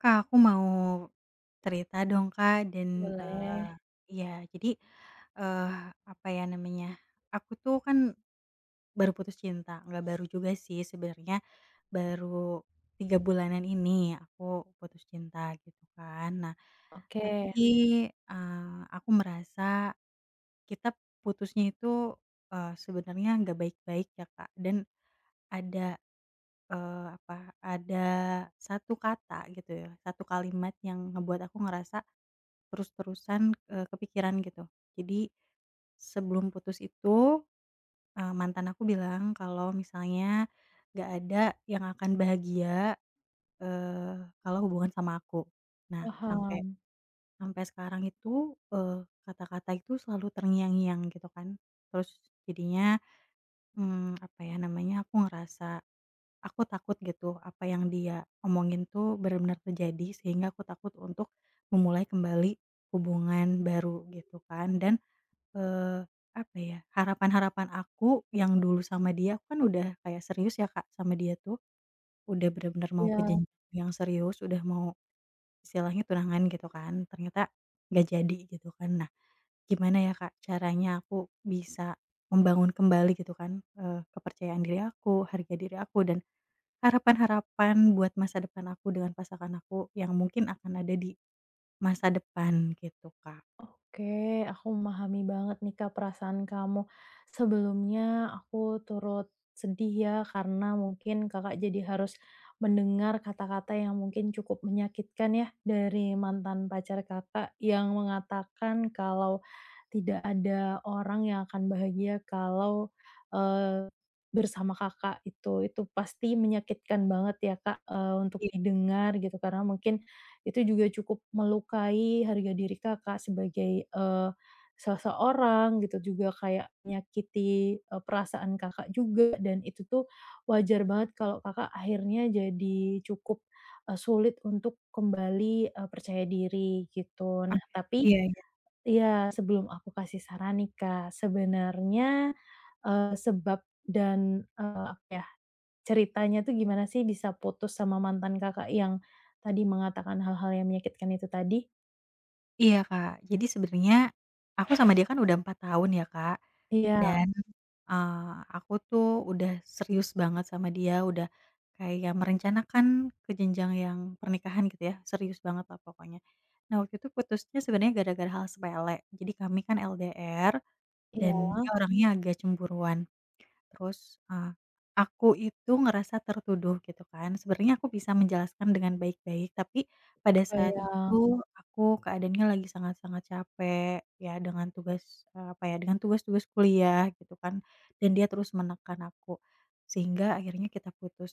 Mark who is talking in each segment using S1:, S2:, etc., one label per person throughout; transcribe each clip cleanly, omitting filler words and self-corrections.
S1: Kak, aku mau cerita dong, Kak, dan,
S2: Boleh,
S1: Boleh. Iya, jadi, eee, apa ya namanya, aku tuh kan baru putus cinta, nggak baru juga sih sebenarnya, baru 3 bulanan ini aku putus cinta gitu kan. Nah,
S2: oke,
S1: tapi, aku merasa kita putusnya itu, sebenarnya nggak baik-baik ya, Kak, dan ada, eee, apa, ada satu kata gitu ya, satu kalimat yang ngebuat aku ngerasa terus-terusan, kepikiran gitu. Jadi sebelum putus itu, mantan aku bilang kalau misalnya nggak ada yang akan bahagia, kalau hubungan sama aku. Nah sampai
S2: paham,
S1: sampai sekarang itu, kata-kata itu selalu terngiang-ngiang gitu kan. Terus jadinya, aku ngerasa aku takut gitu apa yang dia omongin tuh benar-benar terjadi sehingga aku takut untuk memulai kembali hubungan baru gitu kan dan Eee, apa ya, harapan-harapan aku yang dulu sama dia, aku kan udah kayak serius ya Kak sama dia tuh, udah bener-bener mau ke
S2: ya.
S1: jenjang yang serius, udah mau istilahnya tunangan gitu kan, ternyata nggak jadi gitu kan. Nah, gimana ya Kak caranya aku bisa membangun kembali gitu kan, kepercayaan diri aku, harga diri aku, dan harapan-harapan buat masa depan aku dengan pasangan aku yang mungkin akan ada di masa depan gitu Kak.
S2: Oke, aku memahami banget nih Kak perasaan kamu. Sebelumnya aku turut sedih ya karena mungkin Kakak jadi harus mendengar kata-kata yang mungkin cukup menyakitkan ya dari mantan pacar Kakak yang mengatakan kalau tidak ada orang yang akan bahagia kalau eh, bersama Kakak itu. Itu pasti menyakitkan banget ya Kak, untuk
S1: Iya,
S2: didengar gitu karena mungkin itu juga cukup melukai harga diri Kakak sebagai, seseorang gitu, juga kayak menyakiti, perasaan Kakak juga, dan itu tuh wajar banget kalau Kakak akhirnya jadi cukup, sulit untuk kembali, percaya diri gitu. Nah
S1: oke,
S2: tapi
S1: iya.
S2: ya, sebelum aku kasih saran nih Kak, sebenarnya, sebab dan, apa ya, ceritanya tuh gimana sih bisa putus sama mantan Kakak yang tadi mengatakan hal-hal yang menyakitkan itu tadi?
S1: Iya, Kak. Jadi sebenarnya aku sama dia kan udah 4 tahun ya, Kak,
S2: Iya,
S1: dan, aku tuh udah serius banget sama dia, udah kayak merencanakan ke jenjang yang pernikahan gitu ya, serius banget lah pokoknya. Nah, waktu itu putusnya sebenarnya gara-gara hal sepele. Jadi kami kan LDR
S2: iya,
S1: dan dia orangnya agak cemburuan. Terus, eee, aku itu ngerasa tertuduh gitu kan. Sebenarnya aku bisa menjelaskan dengan baik-baik, tapi pada saat itu
S2: kebayang,
S1: aku keadaannya lagi sangat-sangat capek ya dengan tugas, dengan tugas-tugas kuliah gitu kan, dan dia terus menekan aku, sehingga akhirnya kita putus.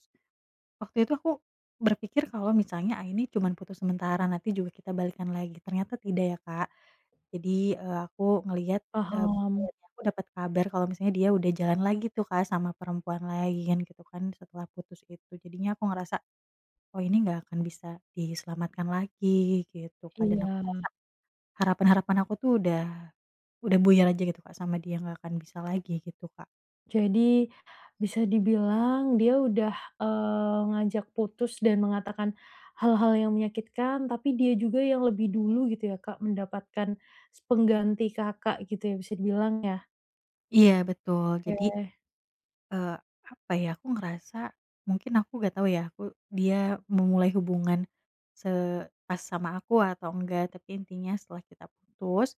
S1: Waktu itu aku berpikir kalau misalnya, ah, ini cuman putus sementara, nanti juga kita balikan lagi, ternyata tidak ya Kak. Jadi, aku ngelihat, eee, bukan
S2: paham,
S1: ngelihat ya, aku dapat kabar kalau misalnya dia udah jalan lagi tuh Kak sama perempuan lain gitu kan setelah putus itu. Jadinya aku ngerasa, "Oh ini nggak akan bisa diselamatkan lagi," gitu Kak, dan aku
S2: iya.
S1: ngerasa harapan-harapan aku tuh udah buyar aja gitu Kak sama dia, nggak akan bisa lagi gitu Kak.
S2: Jadi bisa dibilang dia udah, ngajak putus dan mengatakan hal-hal yang menyakitkan, tapi dia juga yang lebih dulu gitu ya Kak mendapatkan s pengganti Kakak gitu ya bisa dibilang ya?
S1: Iya betul, jadi
S2: Oke,
S1: Eee, apa ya, aku ngerasa mungkin aku nggak tahu ya, dia memulai hubungan se pas sama aku atau enggak, tapi intinya setelah kita putus,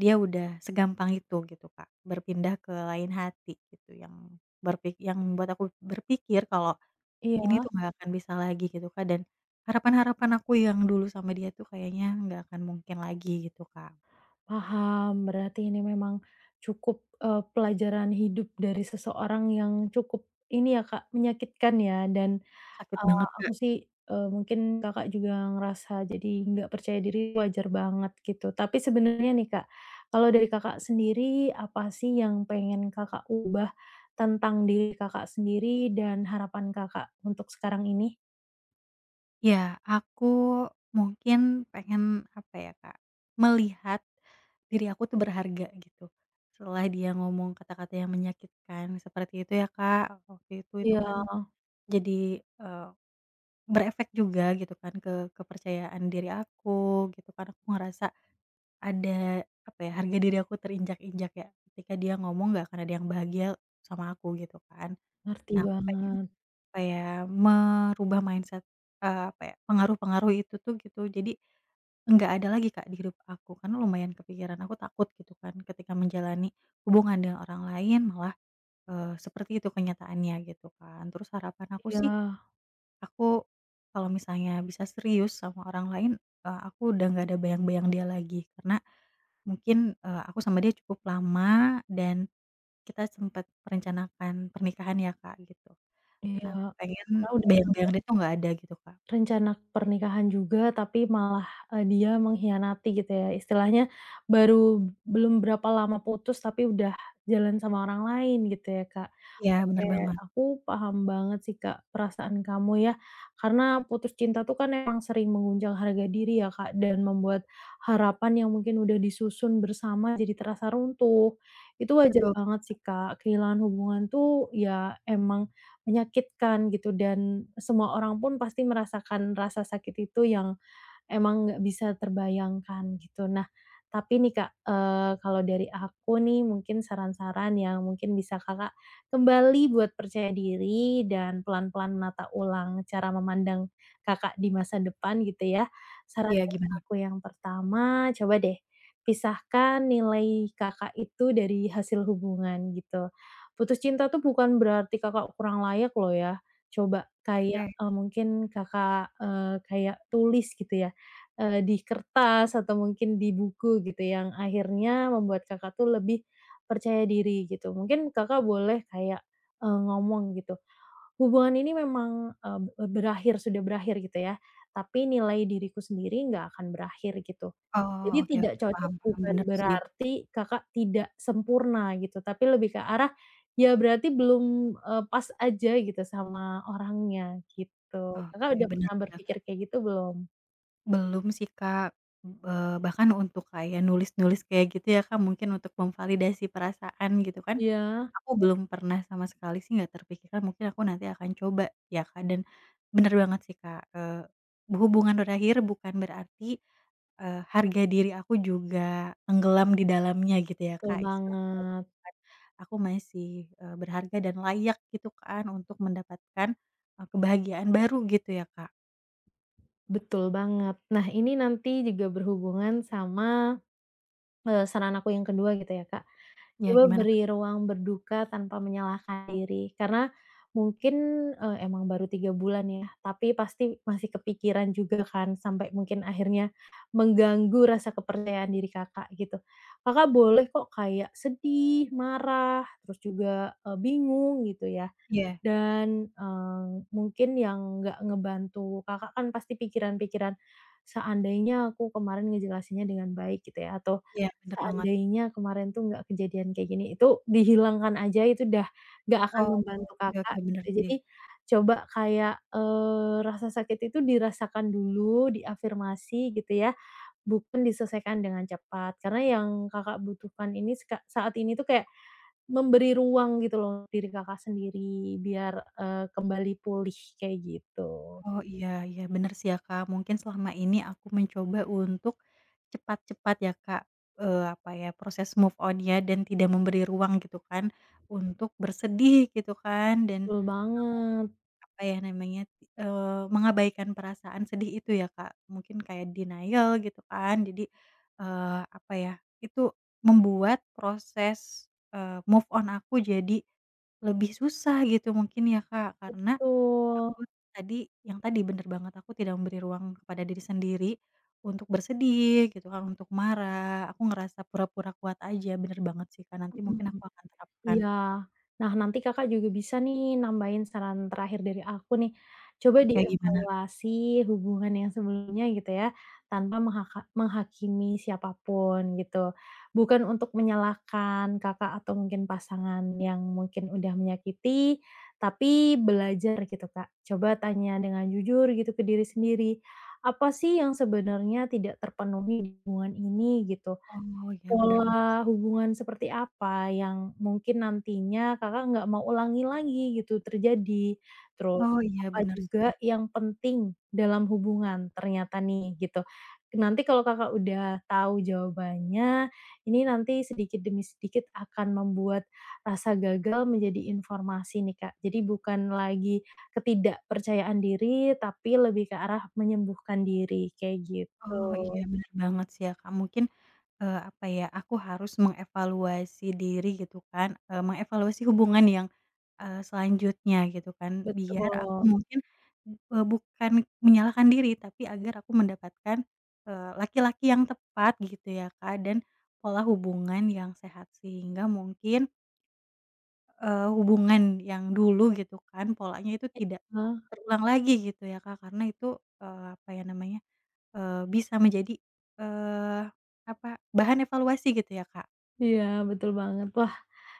S1: dia udah segampang itu gitu, Kak, berpindah ke lain hati gitu, yang membuat aku berpikir kalau ini
S2: iya.
S1: tuh nggak akan bisa lagi gitu, Kak, dan harapan-harapan aku yang dulu sama dia tuh kayaknya nggak akan mungkin lagi gitu, Kak.
S2: Paham, berarti ini memang cukup, pelajaran hidup dari seseorang yang cukup ini ya, Kak, menyakitkan ya, dan,
S1: Sakit banget,
S2: aku
S1: Kak.
S2: sih, mungkin Kakak juga ngerasa jadi nggak percaya diri wajar banget gitu. Tapi sebenarnya nih, Kak, kalau dari Kakak sendiri apa sih yang pengen Kakak ubah tentang diri Kakak sendiri dan harapan Kakak untuk sekarang ini?
S1: Ya, aku mungkin pengen, apa ya, Kak, melihat diri aku tuh berharga gitu. Setelah dia ngomong kata-kata yang menyakitkan seperti itu ya, Kak, waktu itu
S2: Iya,
S1: kan jadi, berefek juga gitu kan ke kepercayaan diri aku gitu kan. Aku ngerasa ada, apa ya, harga diri aku terinjak-injak ya, ketika dia ngomong nggak akan ada yang bahagia sama aku gitu kan.
S2: ngerti
S1: Nah, aku pengen
S2: banget.
S1: apa ya, merubah mindset, apa ya, pengaruh-pengaruh itu tuh gitu. Jadi, enggak ada lagi Kak di hidup aku, karena lumayan kepikiran, aku takut gitu kan ketika menjalani hubungan dengan orang lain malah, seperti itu kenyataannya gitu kan. Terus harapan aku sih,
S2: Iya,
S1: aku kalau misalnya bisa serius sama orang lain, aku udah nggak ada bayang-bayang dia lagi. Karena mungkin, aku sama dia cukup lama dan kita sempet merencanakan pernikahan ya Kak, gitu.
S2: iya,
S1: Nah, aku pengen
S2: karena udah sam
S1: bayang-bayang dia tuh nggak ada gitu, Kak.
S2: rencana pernikahan juga, tapi malah, dia mengkhianati gitu ya. Istilahnya baru belum berapa lama putus, tapi udah jalan sama orang lain gitu ya, Kak.
S1: Iya, bener
S2: Oke,
S1: banget.
S2: aku paham banget sih, Kak, perasaan kamu ya. Karena putus cinta tuh kan emang sering mengguncang harga diri ya, Kak, dan membuat harapan yang mungkin udah disusun bersama jadi terasa runtuh. Itu wajar
S1: Betul.
S2: banget sih, Kak, kehilangan hubungan tuh ya emang menyakitkan gitu dan semua orang pun pasti merasakan rasa sakit itu yang emang nggak bisa terbayangkan gitu. Nah, tapi nih Kak, kalau dari aku nih mungkin saran-saran yang mungkin bisa Kakak kembali buat percaya diri dan pelan-pelan menata ulang cara memandang Kakak di masa depan gitu ya. Saran
S1: Iya,
S2: dari
S1: gimana?
S2: aku yang pertama, coba deh pisahkan nilai Kakak itu dari hasil hubungan gitu. Putus cinta tuh bukan berarti Kakak kurang layak loh ya. Coba kayak,
S1: Eh,
S2: mungkin Kakak, kayak tulis gitu ya, di kertas atau mungkin di buku gitu yang akhirnya membuat Kakak tuh lebih percaya diri gitu. Mungkin Kakak boleh kayak, ngomong gitu, "Hubungan ini memang, berakhir sudah berakhir gitu ya, tapi nilai diriku sendiri nggak akan berakhir," gitu.
S1: oh,
S2: Jadi
S1: oke
S2: tidak
S1: oke, paham
S2: cocok
S1: paham,
S2: bukan
S1: bener sih.
S2: berarti Kakak tidak sempurna gitu, tapi lebih ke arah, ya berarti belum, pas aja gitu sama orangnya gitu. Kakak
S1: Oke,
S2: udah
S1: bener
S2: pernah
S1: sih ya,
S2: berpikir
S1: Kak.
S2: kayak gitu belum?
S1: Belum sih, Kak, bahkan untuk kayak nulis-nulis kayak gitu ya, Kak, mungkin untuk memvalidasi perasaan gitu kan,
S2: Iya.
S1: aku belum pernah sama sekali sih nggak terpikirkan, mungkin aku nanti akan coba ya, Kak, dan bener banget sih, Kak, hubungan berakhir bukan berarti harga diri aku juga tenggelam di dalamnya gitu ya
S2: Betul
S1: Kak, istilahnya
S2: banget
S1: gitu kan. Aku masih, berharga dan layak gitu kan untuk mendapatkan, kebahagiaan baru gitu ya Kak.
S2: betul banget. Nah, ini nanti juga berhubungan sama, saran aku yang kedua gitu ya, Kak.
S1: Ya
S2: Coba
S1: gimana Kak?
S2: beri ruang berduka tanpa menyalahkan diri, karena mungkin, emang baru 3 bulan ya, tapi pasti masih kepikiran juga kan sampai mungkin akhirnya mengganggu rasa kepercayaan diri Kakak gitu. Kakak boleh kok kayak sedih, marah, terus juga, bingung gitu ya.
S1: Iya
S2: Dan, mungkin yang nggak ngebantu Kakak kan pasti pikiran-pikiran, "Seandainya aku kemarin ngejelasinnya dengan baik," gitu ya, atau,
S1: iya bener banget.
S2: "Seandainya kemarin tuh nggak kejadian kayak gini," itu dihilangkan aja, itu udah nggak akan
S1: Oh,
S2: membantu
S1: oke
S2: Kakak,
S1: oke bener
S2: gitu.
S1: sih.
S2: Jadi coba kayak, rasa sakit itu dirasakan dulu, diafirmasi gitu ya, bukan diselesaikan dengan cepat. Karena yang Kakak butuhkan ini seka saat ini tuh kayak memberi ruang gitu loh diri Kakak sendiri biar, kembali pulih kayak gitu.
S1: Oh iya iya bener sih ya Kak, mungkin selama ini aku mencoba untuk cepat-cepat ya Kak, apa ya, proses move on-nya dan tidak memberi ruang gitu kan untuk bersedih gitu kan dan
S2: Betul banget,
S1: apa ya namanya, mengabaikan perasaan sedih itu ya, Kak. Mungkin kayak denial gitu kan. Jadi, apa ya, itu membuat proses, move on aku jadi lebih susah gitu mungkin ya, Kak. Karena
S2: betul,
S1: aku tadi tadi bener banget, aku tidak memberi ruang kepada diri sendiri untuk bersedih gitu kan, untuk marah. Aku ngerasa pura-pura kuat aja, bener banget sih, Kak. Nanti mungkin
S2: mhm.
S1: aku akan terapkan.
S2: Iya. Nah, nanti Kakak juga bisa nih nambahin saran terakhir dari aku nih. Coba
S1: Oke, gimana?
S2: dievaluasi hubungan yang sebelumnya gitu ya, tanpa menghakimi siapapun gitu. Bukan untuk menyalahkan Kakak atau mungkin pasangan yang mungkin udah menyakiti, tapi belajar gitu, Kak. Coba tanya dengan jujur gitu ke diri sendiri, apa sih yang sebenarnya tidak terpenuhi di hubungan ini gitu.
S1: Oh, iya bener bener sih.
S2: Pola hubungan seperti apa yang mungkin nantinya Kakak nggak mau ulangi lagi gitu terjadi? Terus
S1: Oh, iya
S2: apa
S1: bener
S2: juga
S1: sih.
S2: yang penting dalam hubungan ternyata nih gitu. Nanti kalau Kakak udah tahu jawabannya, ini nanti sedikit demi sedikit akan membuat rasa gagal menjadi informasi nih Kak. Jadi bukan lagi ketidakpercayaan diri, tapi lebih ke arah menyembuhkan diri kayak gitu.
S1: Oh, iya, bener banget sih ya, Kak. Mungkin, apa ya, aku harus mengevaluasi diri gitu kan, mengevaluasi hubungan yang, selanjutnya gitu kan, biar aku
S2: Betul.
S1: mungkin, bukan menyalahkan diri, tapi agar aku mendapatkan, laki-laki yang tepat gitu ya, Kak, dan pola hubungan yang sehat. Sehingga mungkin hubungan yang dulu gitu kan, polanya itu tidak
S2: Heeh.
S1: terulang lagi gitu ya, Kak. Karena itu, eee, apa ya namanya, eee, bisa menjadi, eee, apa, bahan evaluasi gitu ya, Kak.
S2: Iya, betul banget. Wah,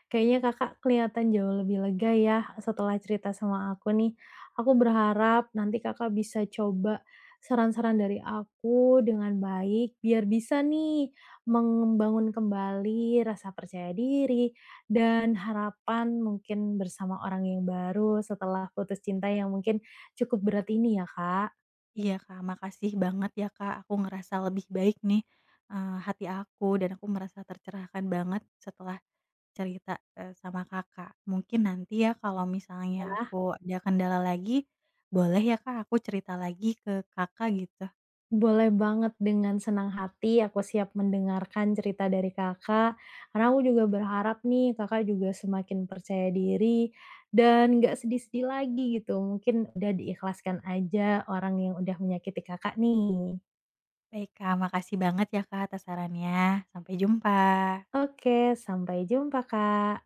S2: kayaknya Kakak kelihatan jauh lebih lega ya setelah cerita sama aku nih. Aku berharap nanti Kakak bisa coba saran-saran dari aku dengan baik biar bisa nih membangun kembali rasa percaya diri dan harapan mungkin bersama orang yang baru setelah putus cinta yang mungkin cukup berat ini ya, Kak,
S1: Iya, Kak, makasih banget ya, Kak, aku ngerasa lebih baik nih, hati aku dan aku merasa tercerahkan banget setelah cerita, sama Kakak. Mungkin nanti ya kalau misalnya
S2: ya.
S1: aku ada kendala lagi, boleh ya, Kak, aku cerita lagi ke Kakak gitu?
S2: Boleh banget, dengan senang hati aku siap mendengarkan cerita dari Kakak, karena aku juga berharap nih Kakak juga semakin percaya diri dan nggak sedih-sedih lagi gitu, mungkin udah diikhlaskan aja orang yang udah menyakiti Kakak nih.
S1: Baik Kak, makasih banget ya Kak atas sarannya. Sampai jumpa.
S2: Oke, sampai jumpa, Kak.